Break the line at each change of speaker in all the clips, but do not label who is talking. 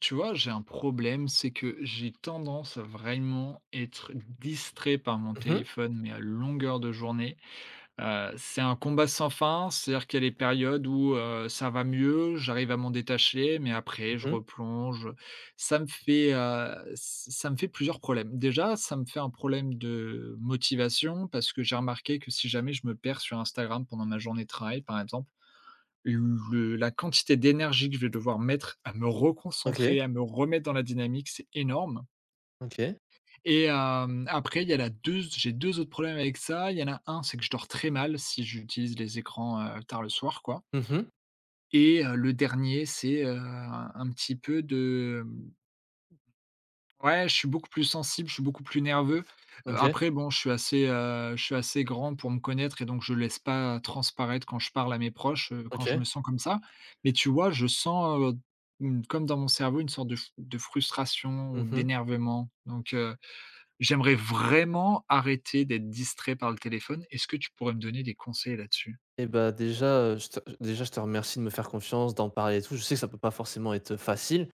Tu vois, j'ai un problème, c'est que j'ai tendance à vraiment être distrait par mon
Mmh mh.
téléphone, mais à longueur de journée. C'est un combat sans fin, c'est-à-dire qu'il y a les périodes où ça va mieux, j'arrive à m'en détacher, mais après je
Mmh.
replonge. Ça me fait, ç ça me fait plusieurs problèmes. Déjà, ça me fait un problème de motivation parce que j'ai remarqué que si jamais je me perds sur Instagram pendant ma journée de travail, par exemple, le la quantité d'énergie que je vais devoir mettre à me
OK,
reconcentrer, à me remettre dans la dynamique, c'est énorme
OK.
et après il y a la 2 j'ai 2 autres problèmes avec ça. Il y en a un, c'est que je dors très mal si j'utilise les écrans, tard le soir, quoi
Mmh mh.
et le dernier, c'est un petit peu de, ouais, je suis beaucoup plus sensible, je suis beaucoup plus nerveux.
OK,
Après bon, je suis assez, je suis assez grand pour me connaître et donc je laisse pas transparaître quand je parle à mes proches, quand je
OK.
me sens comme ça. Mais tu vois, je sens, une comme dans mon cerveau, une sorte de f de frustration ou
Mmh mh
d'énervement. Donc j'aimerais vraiment arrêter d'être distrait par le téléphone. Est-ce que tu pourrais me donner des conseils là-dessus?
et bah, déjà, je te remercie de me faire confiance, d'en parler et tout. Je sais que ça peut pas forcément être facile.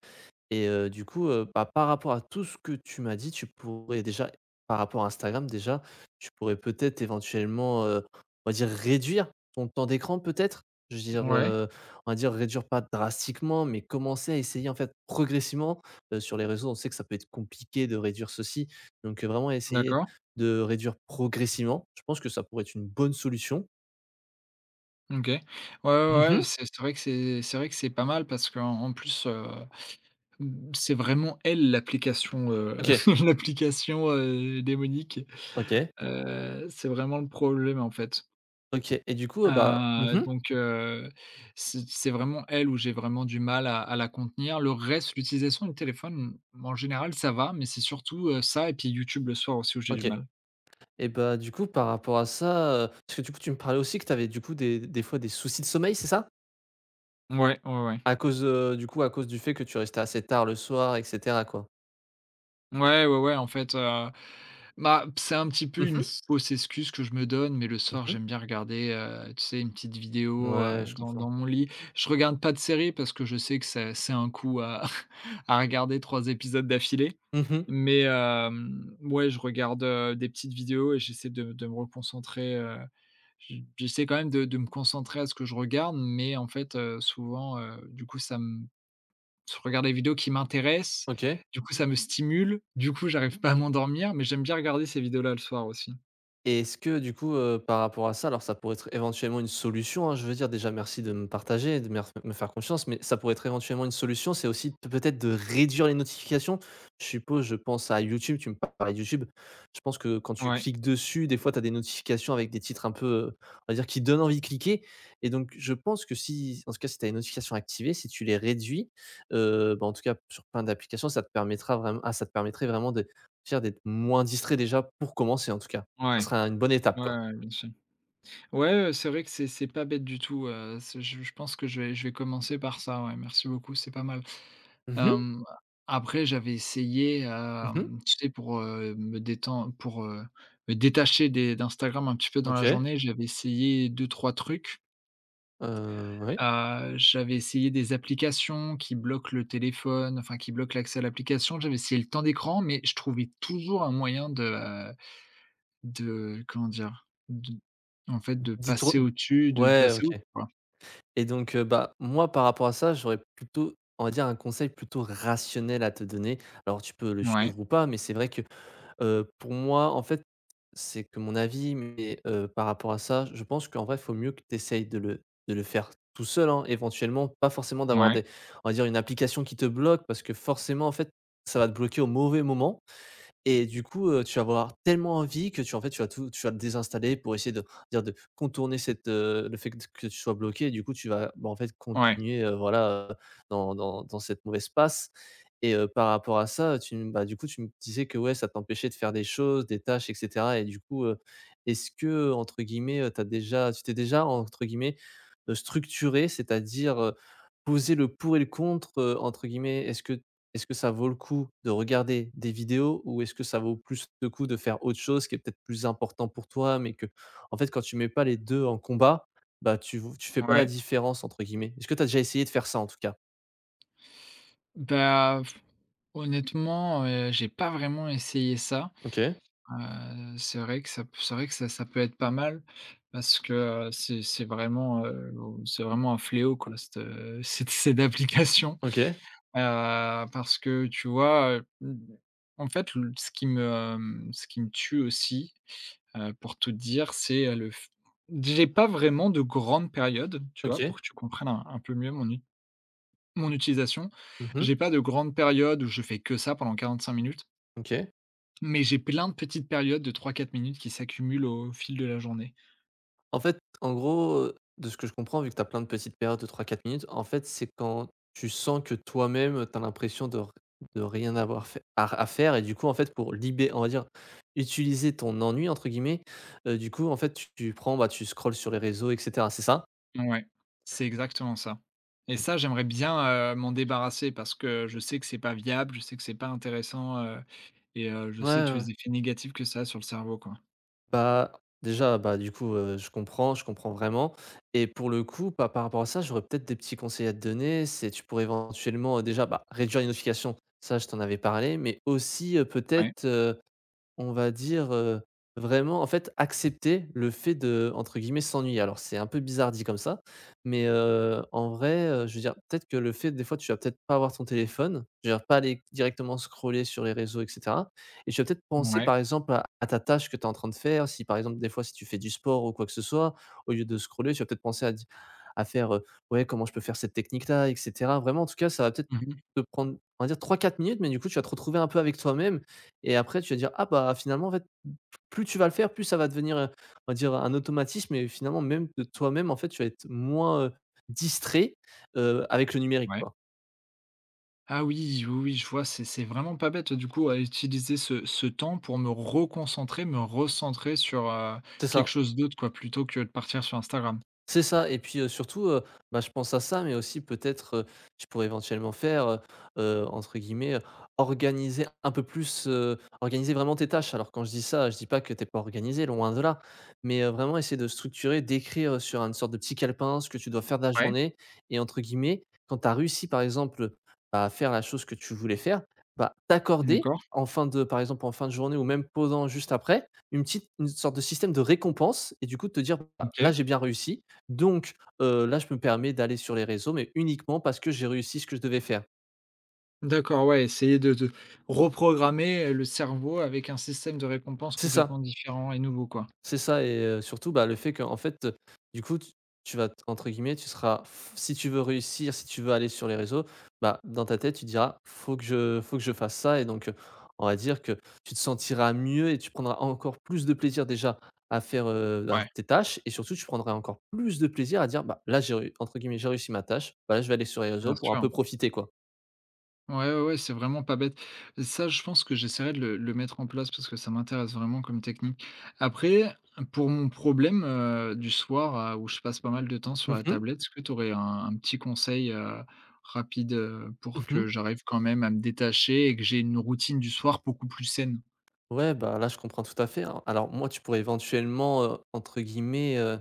Et du coup, bah, par rapport à tout ce que tu m'as dit, tu pourrais déjà par rapport à Instagram déjà, tu pourrais peut-être éventuellement, on va dire réduire ton temps d'écran peut-être? Je veux dire,
Ouais,
on va dire réduire pas drastiquement, mais commencer à essayer en fait progressivement, sur les réseaux on sait que ça peut être compliqué de réduire ceci, donc vraiment essayer
d'accord,
de réduire progressivement. Je pense que ça pourrait être une bonne solution.
OK. Ouais, ouais, ouais,
Mmh.
c'est vrai que c'est vrai que c'est pas mal parce qu'en en plus, mmh, c'est vraiment elle
OK,
l'application, démoniaque.
OK,
C'est vraiment le problème, en fait.
OK, et du coup, bah,
Heu, donc heu, c'est vraiment elle où j'ai vraiment du mal à la contenir. Le reste, l'utilisation du téléphone, en général, ça va, mais c'est surtout, ça et puis YouTube le soir aussi où j'ai du
OK.
mal.
Et bah, du coup, par rapport à ça, parce que du coup, tu me parlais aussi que tu avais du coup des fois des soucis de sommeil, c'est ça?
Ouais, ouais, ouais.
À cause, du coup, à cause du fait que tu restais assez tard le soir et cetera, quoi?
Ouais, ouais, ouais, en fait, bah, c'est un petit peu
Mmh
une
mh.
fausse excuse que je me donne, mais le soir,
Mmh.
j'aime bien regarder, tu sais, une petite vidéo,
Ouais,
heu,
je
dans
comprends.
dans mon lit. Je regarde pas de série parce que je sais que c'est un coup à à regarder 3 épisodes d'affilée,
Mmh.
mais ouais, je regarde, des petites vidéos et j'essaie de me reconcentrer, j'essaie quand même de me concentrer à ce que je regarde, mais en fait, souvent, du coup, ça me je regarde des vidéos qui m'intéressent,
OK.
du coup ça me stimule, du coup j'arrive pas à m'endormir, mais j'aime bien regarder ces vidéos-là le soir aussi.
Et est-ce que du coup, par rapport à ça, alors ça pourrait être éventuellement une solution, hein, je veux dire déjà merci de me partager, de me faire confiance, mais ça pourrait être éventuellement une solution, c'est aussi p peut-être de réduire les notifications? Je suppose, je pense à YouTube, tu me parlais de YouTube. Je pense que quand tu
Ouais,
cliques dessus, des fois tu as des notifications avec des titres un peu, on va dire qui donnent envie de cliquer et donc je pense que si en tout cas si tu as les notifications activées, si tu les réduis, bah, en tout cas sur plein d'applications, ça te permettra vraiment, ah ça te permettrait vraiment de dire d'être moins distrait déjà pour commencer en tout cas. Ça
ouais,
serait une bonne étape,
ouais,
quoi.
ouais, bien sûr. Ouais, c'est vrai que c'est pas bête du tout, c'est je pense que je vais commencer par ça, ouais, merci beaucoup, c'est pas mal.
Mmh mh.
Hem, Après
Mmh mh.
tu sais me détendre pour me détacher des d'Instagram un petit peu dans la
OK.
journée, j'avais essayé deux trois trucs.
Oui.
J'avais essayé des applications qui bloquent le téléphone, enfin qui bloquent l'accès à l'application. J'avais essayé le temps d'écran, mais je trouvais toujours un moyen de comment dire? De en fait, de
Dis-toi
passer au-dessus, de
ouais,
passer
OK.
outre, quoi.
Et donc, bah, moi, par rapport à ça, j'aurais plutôt, on va dire, un conseil plutôt rationnel à te donner. Alors tu peux le
Ouais,
suivre ou pas, mais c'est vrai que, pour moi, en fait, c'est que mon avis, mais, par rapport à ça, je pense qu'en vrai, faut mieux que tu essayes de le faire tout seul, hein, éventuellement, pas forcément d'avoir
ouais,
des on va dire, une application qui te bloque parce que forcément, en fait, ça va te bloquer au mauvais moment. Et du coup, tu vas avoir tellement envie que tu en fait, tu vas tout tu vas le désinstaller pour essayer de dire de contourner cette, le fait que tu sois bloqué et du coup, tu vas, bah, en fait,
ouais,
continuer, voilà, dans cette mauvaise passe et par rapport à ça, tu m bah, du coup, tu me disais que, ouais, ça t'empêchait de faire des choses, des tâches et cetera et du coup, est-ce que, entre guillemets, tu t'es déjà, entre guillemets, «structuré», c'est-à-dire, poser le pour et le contre, entre guillemets? Est-ce que ça vaut le coup de regarder des vidéos ou est-ce que ça vaut plus le coup de faire autre chose qui est peut-être plus important pour toi? Mais que, en fait, quand tu mets pas les 2 en combat, bah, tu fais pas la
ouais.
différence entre guillemets. Est-ce que tu as déjà essayé de faire ça en tout cas?
Bah, f- Honnêtement, j'ai pas vraiment essayé ça.
OK,
C'est vrai que ça p c'est vrai que ça peut être pas mal parce que, c'est vraiment, c'est vraiment un fléau quoi cette, cette application.
OK,
Parce que tu vois, en fait, le ce qui me, mmh, ce qui me tue aussi, pour tout te dire, c'est, le f j'ai pas vraiment de grandes périodes, tu vois? Pour
OK.
que tu comprennes un peu mieux mon utilisation.
Mmh.
J'ai pas de grandes périodes où je fais que ça pendant 45 minutes,
OK.
mais j'ai plein de petites périodes de 3, 4 minutes qui s'accumulent au fil de la journée.
En fait, en gros, de ce que je comprends, vu que tu as plein de petites périodes de 3, 4 minutes, en fait, c'est quand tu sens que toi-même, tu as l'impression de rien avoir fait à faire et du coup, en fait, pour libérer, on va dire, utiliser ton «ennui» entre guillemets, du coup, en fait, tu prends, bah, tu scrolles sur les réseaux et cetera, c'est ça?
Ouais, c'est exactement ça et
Mmh.
ça, j'aimerais bien, m'en débarrasser parce que je sais que c'est pas viable, je sais que c'est pas intéressant, et je
Ouais,
sais tous
ouais.
les effets négatifs que ça a sur le cerveau, quoi.
Bah, déjà, bah, du coup, je comprends vraiment et pour le coup, bah, par rapport à ça, j'aurais peut-être des petits conseils à te donner. C'est tu pourrais éventuellement, déjà, bah, réduire les notifications. Ça, je t'en avais parlé, mais aussi,
Ouais,
peut-être, on va dire, vraiment en fait accepter le fait de, entre guillemets, «s'ennuyer». Alors c'est un peu bizarre dit comme ça, mais, en vrai, je veux dire peut-être que le fait des fois tu vas peut-être pas avoir ton téléphone, je veux dire pas aller directement scroller sur les réseaux et cetera et tu vas peut-être penser
ouais.
par exemple à ta tâche que tu es en train de faire. Si par exemple des fois si tu fais du sport ou quoi que ce soit, au lieu de scroller, tu vas peut-être penser à faire: «Ouais comment je peux faire cette technique-là?» et cetera. Vraiment en tout cas ça va peut-être
Mmh.
te prendre, on va dire 3 4 minutes, mais du coup tu vas te retrouver un peu avec toi-même et après tu vas dire: «Ah bah, finalement en fait, plus tu vas le faire, plus ça va devenir, on va dire un automatisme» et finalement même de toi-même en fait, tu vas être moins, distrait, avec le numérique
Ouais.
quoi.
Ah oui, oui, oui, je vois, c'est vraiment pas bête, du coup, à utiliser ce temps pour me reconcentrer, me recentrer sur,
C'est
quelque
ça.
chose d'autre, quoi, plutôt que de partir sur Instagram.
C'est ça et puis, surtout, bah, je pense à ça, mais aussi peut-être, je pourrais éventuellement faire, entre guillemets, organiser un peu plus, organiser vraiment tes tâches. Alors quand je dis ça, je dis pas que t'es pas organisé, loin de là, mais, vraiment essayer de structurer, d'écrire sur une sorte de petit calepin ce que tu dois faire de la
Ouais,
journée et entre guillemets, quand tu as réussi, par exemple, bah, à faire la chose que tu voulais faire, bah, t'accorder
d'accord,
en fin de par exemple, en fin de journée ou même pendant juste après, une sorte de système de récompense et du coup de te dire: «Bah,
OK.
là j'ai bien réussi». Donc, là, je me permets d'aller sur les réseaux, mais uniquement parce que j'ai réussi ce que je devais faire.
D'accord, ouais, essayer de reprogrammer, le cerveau avec un système de récompense
C'est ça,
complètement différent et nouveau, quoi.
c'est ça et surtout, bah, le fait qu'en fait, du coup, tu vas t entre guillemets, tu seras si tu veux réussir, si tu veux aller sur les réseaux, bah, dans ta tête, tu diras: «Faut que je fasse ça» et donc, on va dire que tu te sentiras mieux et tu prendras encore plus de plaisir déjà à faire, bah,
Ouais,
tes tâches et surtout, tu prendras encore plus de plaisir à dire: «Bah, là, j'ai réu entre guillemets, j'ai réussi ma tâche. Bah, là, je vais aller sur les réseaux
bien
pour un
sûr.
peu profiter, quoi».
Ouais, ouais, ouais, c'est vraiment pas bête. Ça, je pense que j'essaierai de le mettre en place parce que ça m'intéresse vraiment comme technique. Après, pour mon problème, du soir, où je passe pas mal de temps sur
Mmh
la
mh.
tablette, est-ce que tu aurais un petit conseil, rapide, pour que
Mmh
j'arrive quand même à me détacher et que j'ai une routine du soir beaucoup plus saine?
Ouais, bah, là, je comprends tout à fait, hein. Alors moi, tu pourrais éventuellement, entre guillemets, heu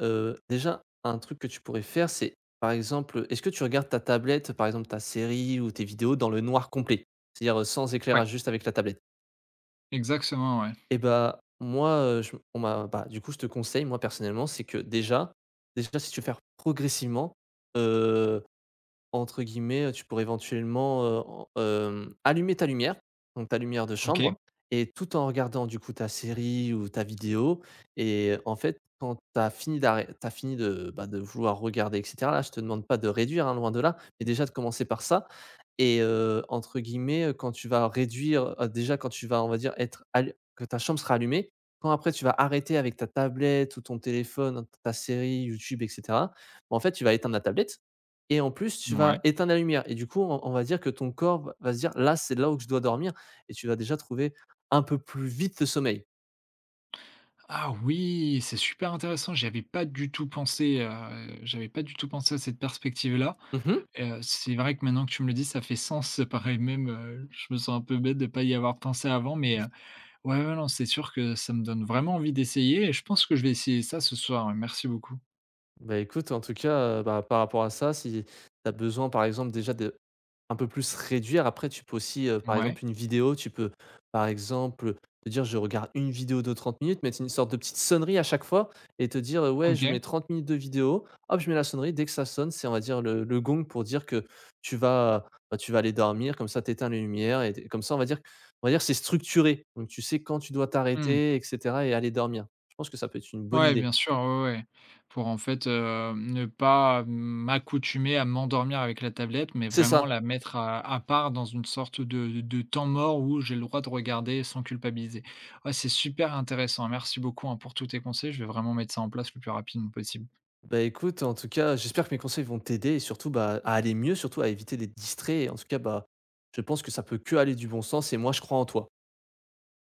heu, déjà, un truc que tu pourrais faire, c'est, par exemple, est-ce que tu regardes ta tablette, par exemple, ta série ou tes vidéos dans le noir complet? C'est-à-dire, sans
Ouais,
éclairage, juste avec la tablette?
exactement, ouais.
Et bah, moi, je on m'a bah, du coup, je te conseille, moi, personnellement, c'est que déjà si tu veux faire progressivement, entre guillemets, tu pourrais éventuellement, allumer ta lumière, donc ta lumière de
OK,
chambre et tout en regardant du coup ta série ou ta vidéo et en fait, quand tu as fini d'arrê t'as fini de, bah, de vouloir regarder et cetera, là, je te demande pas de réduire, hein, loin de là, mais déjà de commencer par ça et entre guillemets, quand tu vas réduire, déjà quand tu vas, on va dire, être allu que ta chambre sera allumée, quand après tu vas arrêter avec ta tablette ou ton téléphone, ta série YouTube et cetera, bah, en fait, tu vas éteindre la tablette et en plus, tu
ouais.
vas éteindre la lumière et du coup, on va dire que ton corps va se dire: «Là, c'est là où je dois dormir» et tu vas déjà trouver un peu plus vite le sommeil.
Ah oui, c'est super intéressant. J'y avais pas du tout pensé, j'avais pas du tout pensé à cette perspective-là.
Mmh
C'est vrai que maintenant que tu me le dis, ça fait sens. Pareil même, je me sens un peu bête de pas y avoir pensé avant, mais, ouais, ouais, non, c'est sûr que ça me donne vraiment envie d'essayer et je pense que je vais essayer ça ce soir. Ouais, merci beaucoup.
Bah, écoute, en tout cas, bah, par rapport à ça, si tu as besoin, par exemple, déjà de un peu plus réduire. Après, tu peux aussi, par
Ouais,
exemple, une vidéo, tu peux, par exemple, te dire: «Je regarde une vidéo de 30 minutes», mettre une sorte de petite sonnerie à chaque fois et te dire: «Ouais, je mets
OK.
30 minutes de vidéo, hop, je mets la sonnerie», dès que ça sonne, c'est, on va dire, le gong pour dire que tu vas, bah, tu vas aller dormir, comme ça, tu éteins les lumières et t comme ça, on va dire c'est structuré. Donc tu sais quand tu dois
Mmh.
t'arrêter et cetera et aller dormir. Je pense que ça peut être une bonne
Ouais,
idée.
bien sûr, ouais, ouais. Pour en fait, ne pas m'accoutumer à m'endormir avec la tablette, mais
C'est
vraiment
ça!
la mettre à part dans une sorte de temps mort où j'ai le droit de regarder sans culpabiliser. Ouais, c'est super intéressant. Merci beaucoup, hein, pour tous tes conseils. Je vais vraiment mettre ça en place le plus rapidement possible.
Bah, écoute, en tout cas, j'espère que mes conseils vont t'aider et surtout, bah, à aller mieux, surtout à éviter d'être distrait et en tout cas, bah, je pense que ça peut que aller du bon sens et moi je crois en toi.